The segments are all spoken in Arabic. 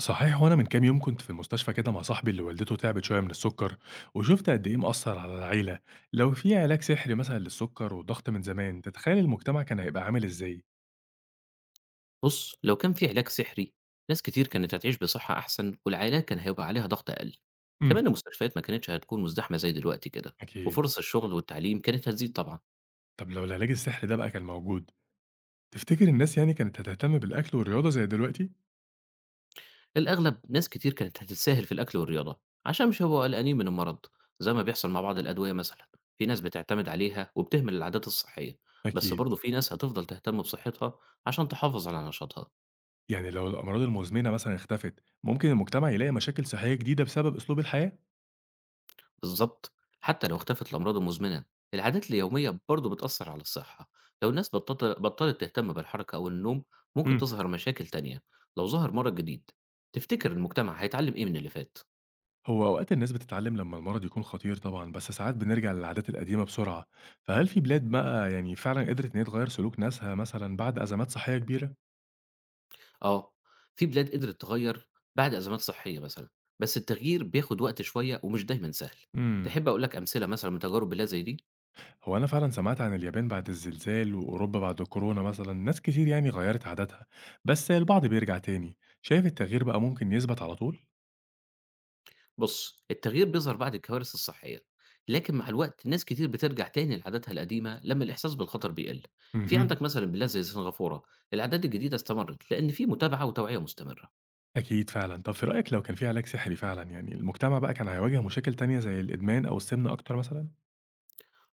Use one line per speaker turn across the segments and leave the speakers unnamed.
صحيح، وانا من كام يوم كنت في المستشفى كده مع صاحبي اللي والدته تعبت شويه من السكر، وشفت قد ايه مأثر على العيله. لو في علاج سحري مثلا للسكر والضغط من زمان، تتخيل المجتمع كان هيبقى عامل ازاي؟
بُص، لو كان في علاج سحري، ناس كتير كانت هتعيش بصحة أحسن والعائلات كان هيبقى عليها ضغط أقل.
امم.
كمان المستشفيات ما كانتش هتكون مزدحمة زي دلوقتي كده،
اكيد.
وفرص الشغل والتعليم كانت هتزيد طبعًا.
طب لو العلاج السحري ده بقى كان موجود، تفتكر الناس يعني كانت هتهتم بالاكل والرياضه زي دلوقتي؟
للأغلب ناس كتير كانت هتتساهل في الأكل والرياضة، عشان مش هيبقوا قلقانين من المرض، زي ما بيحصل مع بعض الأدوية مثلًا. في ناس بتعتمد عليها وبتهمل العادات الصحية، بس
اكيد.
برضه في ناس هتفضل تهتم بصحتها عشان تحافظ على نشاطها.
يعني لو الامراض المزمنه مثلا اختفت، ممكن المجتمع يلاقي مشاكل صحيه جديده بسبب اسلوب الحياه.
بالضبط، حتى لو اختفت الأمراض المزمنة، العادات اليومية برضه بتأثّر على الصحة، لو الناس بطّلت تهتم بالحركة أو النوم ممكن
امم.
تظهر مشاكل تانية. لو ظهر مرض جديد تفتكر المجتمع هيتعلم إيه من اللي فات؟
هو أوقات الناس بتتعلم لما المرض يكون خطير طبعًا، بس ساعات بنرجع للعادات القديمة بسرعة، فهل في بلاد بقى يعني فعلًا قدرت إن هي تغيّر سلوك ناسها مثلًا بعد أزمات صحية كبيرة؟
آه، في بلاد قدرت تغيّر بعد أزمات صحية مثلًا، بس التغيير بياخد وقت شوية ومش دايمًا سهل.
إمم.
تحب أقول لك أمثلة مثلًا من تجارب بلاد زي دي؟
هو أنا فعلًا سمعت عن اليابان بعد الزلزال وأوروبا بعد الكورونا مثلًا، ناس كتير يعني غيّرت عاداتها، بس البعض بيرجع تاني، شايف التغيير بقى ممكن يثبت على طول؟
بُص، التغيير بيظهر بعد الكوارث الصحية، لكن مع الوقت ناس كتير بترجع تاني لعاداتها القديمة لما الإحساس بالخطر بيقل. في
اهم.
عندك مثلًا بلاد زي سنغافورة، العادات الجديدة استمرت لأن في متابعة وتوعية مستمرة.
أكيد فعلًا. طب في رأيك لو كان في علاج سحري فعلًا، يعني المجتمع بقى كان هيواجه مشاكل تانية زي الإدمان أو السِمنة أكتر مثلًا؟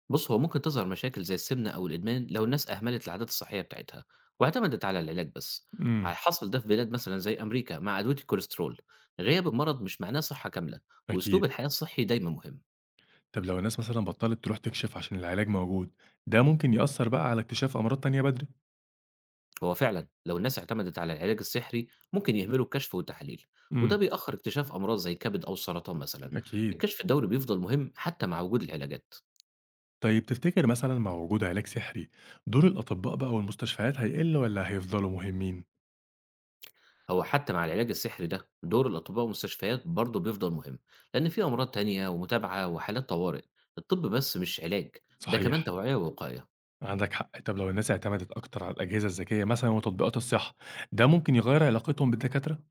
بُص، هو ممكن تظهر مشاكل زي السمنة أو الإدمان لو الناس أهملت العادات الصحية بتاعتها واعتمدت على العلاج بس. ع
إمم.
حصل ده في بلاد مثلًا زي أمريكا مع أدوية الكوليسترول، غياب المرض مش معناه صحة كاملة، وأسلوب
أكيد.
الحياة الصحي دايمًا مهم.
طب لو الناس مثلا بطلت تروح تكشف عشان العلاج موجود، ده ممكن يأثر بقى على اكتشاف أمراض تانية بدري.
هو فعلا لو الناس اعتمدت على العلاج السحري ممكن يهملوا الكشف والتحاليل، وده
امم.
بيأخر اكتشاف أمراض زي كبد أو السرطان مثلا.
أكيد.
الكشف الدوري بيفضل مهم حتى مع وجود العلاجات.
طيب تفتكر مثلا مع وجود علاج سحري، دور الأطباء بقى والمستشفيات هيقل ولا هيفضلوا مهمين؟
هو حتى مع العلاج السحري ده دور الأطباء والمستشفيات برضه بيفضل مهم، لأن في أمراض تانية ومتابعة وحالات طوارئ. الطب بس مش علاج، ده كمان
صحيح.
توعية ووقاية.
عندك حق. طب لو الناس اعتمدت أكتر على الأجهزة الذكية مثلا وتطبيقات الصحة، ده ممكن يغير علاقتهم بالدكاترة؟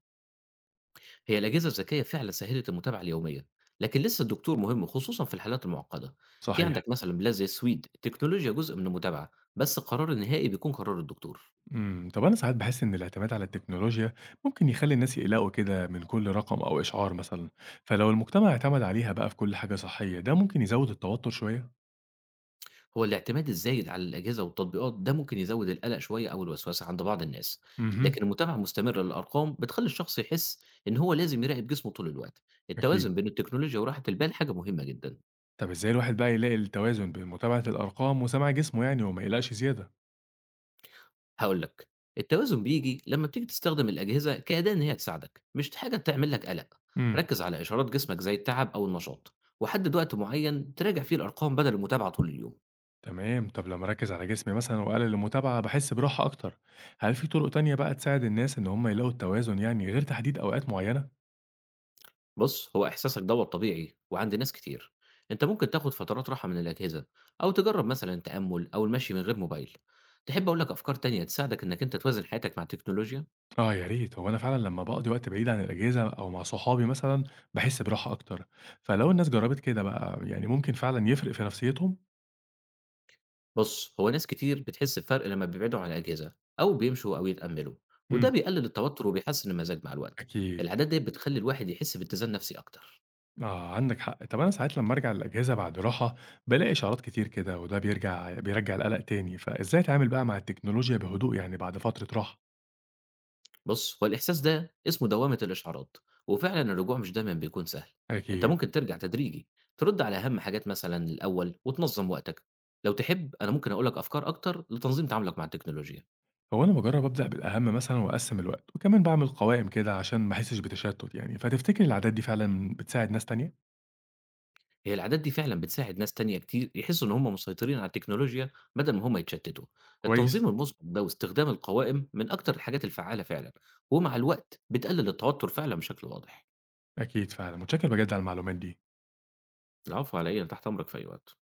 هي الأجهزة الذكية فعلا سهلت المتابعة اليومية، لكن لسه الدكتور مهم خصوصا في الحالات المعقدة. في
صحيح.
عندك مثلا بلاد زي السويد التكنولوجيا جزء من المتابعة، بس القرار النهائي بيكون قرار الدكتور.
طب أنا ساعات باحس إن الاعتماد على التكنولوجيا ممكن يخلّي الناس يقلقوا كده من كل رقم أو إشعار مثلًا، فلو المجتمع اعتمد عليها بقى في كل حاجة صحية، ده ممكن يزوّد التوتر شوية؟
هو الاعتماد الزايد على الأجهزة والتطبيقات ده ممكن يزود القلق شوية أو الوسوسة عند بعض الناس،
اهم.
لكن المتابعة المستمرة للأرقام بتخلي الشخص يحس إن هو لازم يراقب جسمه طول الوقت.
أكيد.
التوازن بين التكنولوجيا وراحة البال حاجة مهمة جدا.
طب إزاي الواحد بقى يلاقي التوازن بين متابعة الأرقام وسماع جسمه يعني وما يقلقش زيادة؟
هقول لك، التوازن بيجي لما بتيجي تستخدم الأجهزة كأداة إن هي تساعدك، مش حاجة تعمل لك قلق.
امم.
ركز على إشارات جسمك زي التعب أو النشاط، وحدد وقت معين تراجع فيه الأرقام بدل المتابعة طول اليوم.
تمام. طب لمّا أركّز على جسمي مثلًا وأقلل المتابعة باحس براحة أكتر، هل في طرق تانية بقى تساعد الناس إن هم يلاقوا التوازن يعني غير تحديد أوقات معينة؟
بُص، هو إحساسك دوّة طبيعي وعند ناس كتير. أنت ممكن تاخد فترات راحة من الأجهزة أو تجرّب مثلًا التأمُّل أو المشي من غير موبايل. تحب أقول لك أفكار تانية تساعدك إنك أنت توازن حياتك مع التكنولوجيا؟
آه يا ريت. هو أنا فعلًا لمّا باقضي وقت بعيد عن الأجهزة أو مع صحابي مثلًا، باحس براحة أكتر، فلو الناس جرّبت كده بقى يعني ممكن فعلًا يفرق في نفسيتهم؟
بُص، هو ناس كتير بتحس بفرق لمّا بيبعدوا عن الأجهزة أو بيمشوا أو يتأمّلوا، وده
إمم.
بيقلل التوتر وبيحسّن المزاج مع الوقت.
أكيد.
العادات ديّة بتخلّي الواحد يحس باتزان نفسي أكتر.
آه عندك حق. طب أنا ساعات لمّا أرجع للأجهزة بعد راحة بالاقي إشعارات كتير كده، وده بيرجّع القلق تاني، فإزاي أتعامل بقى مع التكنولوجيا بهدوء يعني بعد فترة راحة؟
بُص، هو الإحساس ده اسمه دوّامة الإشعارات، وفعلًا الرجوع مش دايمًا بيكون سهل. أنت
أكيد.
ممكن ترجع تدريجي، ترد على أهم حاجات مثلًا الأول وتنظّم وقتك. لو تحب أنا ممكن أقول لك أفكار أكتر لتنظيم تعاملك مع التكنولوجيا.
هو أنا باجرّب أبدأ بالأهم مثلًا وأقسّم الوقت، وكمان باعمل قوائم كده عشان ما أحسش بتشتت يعني، فتفتكر العادات دي فعلًا بتساعد ناس تانية؟
هي العادات دي فعلًا بتساعد ناس تانية كتير يحسّوا إن هُم مسيطرين على التكنولوجيا بدل ما هُم يتشتتوا.
كويس.
التنظيم المسبق ده واستخدام القوائم من أكتر الحاجات الفعّالة فعلًا، ومع الوقت بتقلل التوتر فعلًا بشكل واضح.
أكيد فعلًا، متشكر بجد على المعلومات دي.
العفو على إيه، أنا تحت أمرك في أي وقت.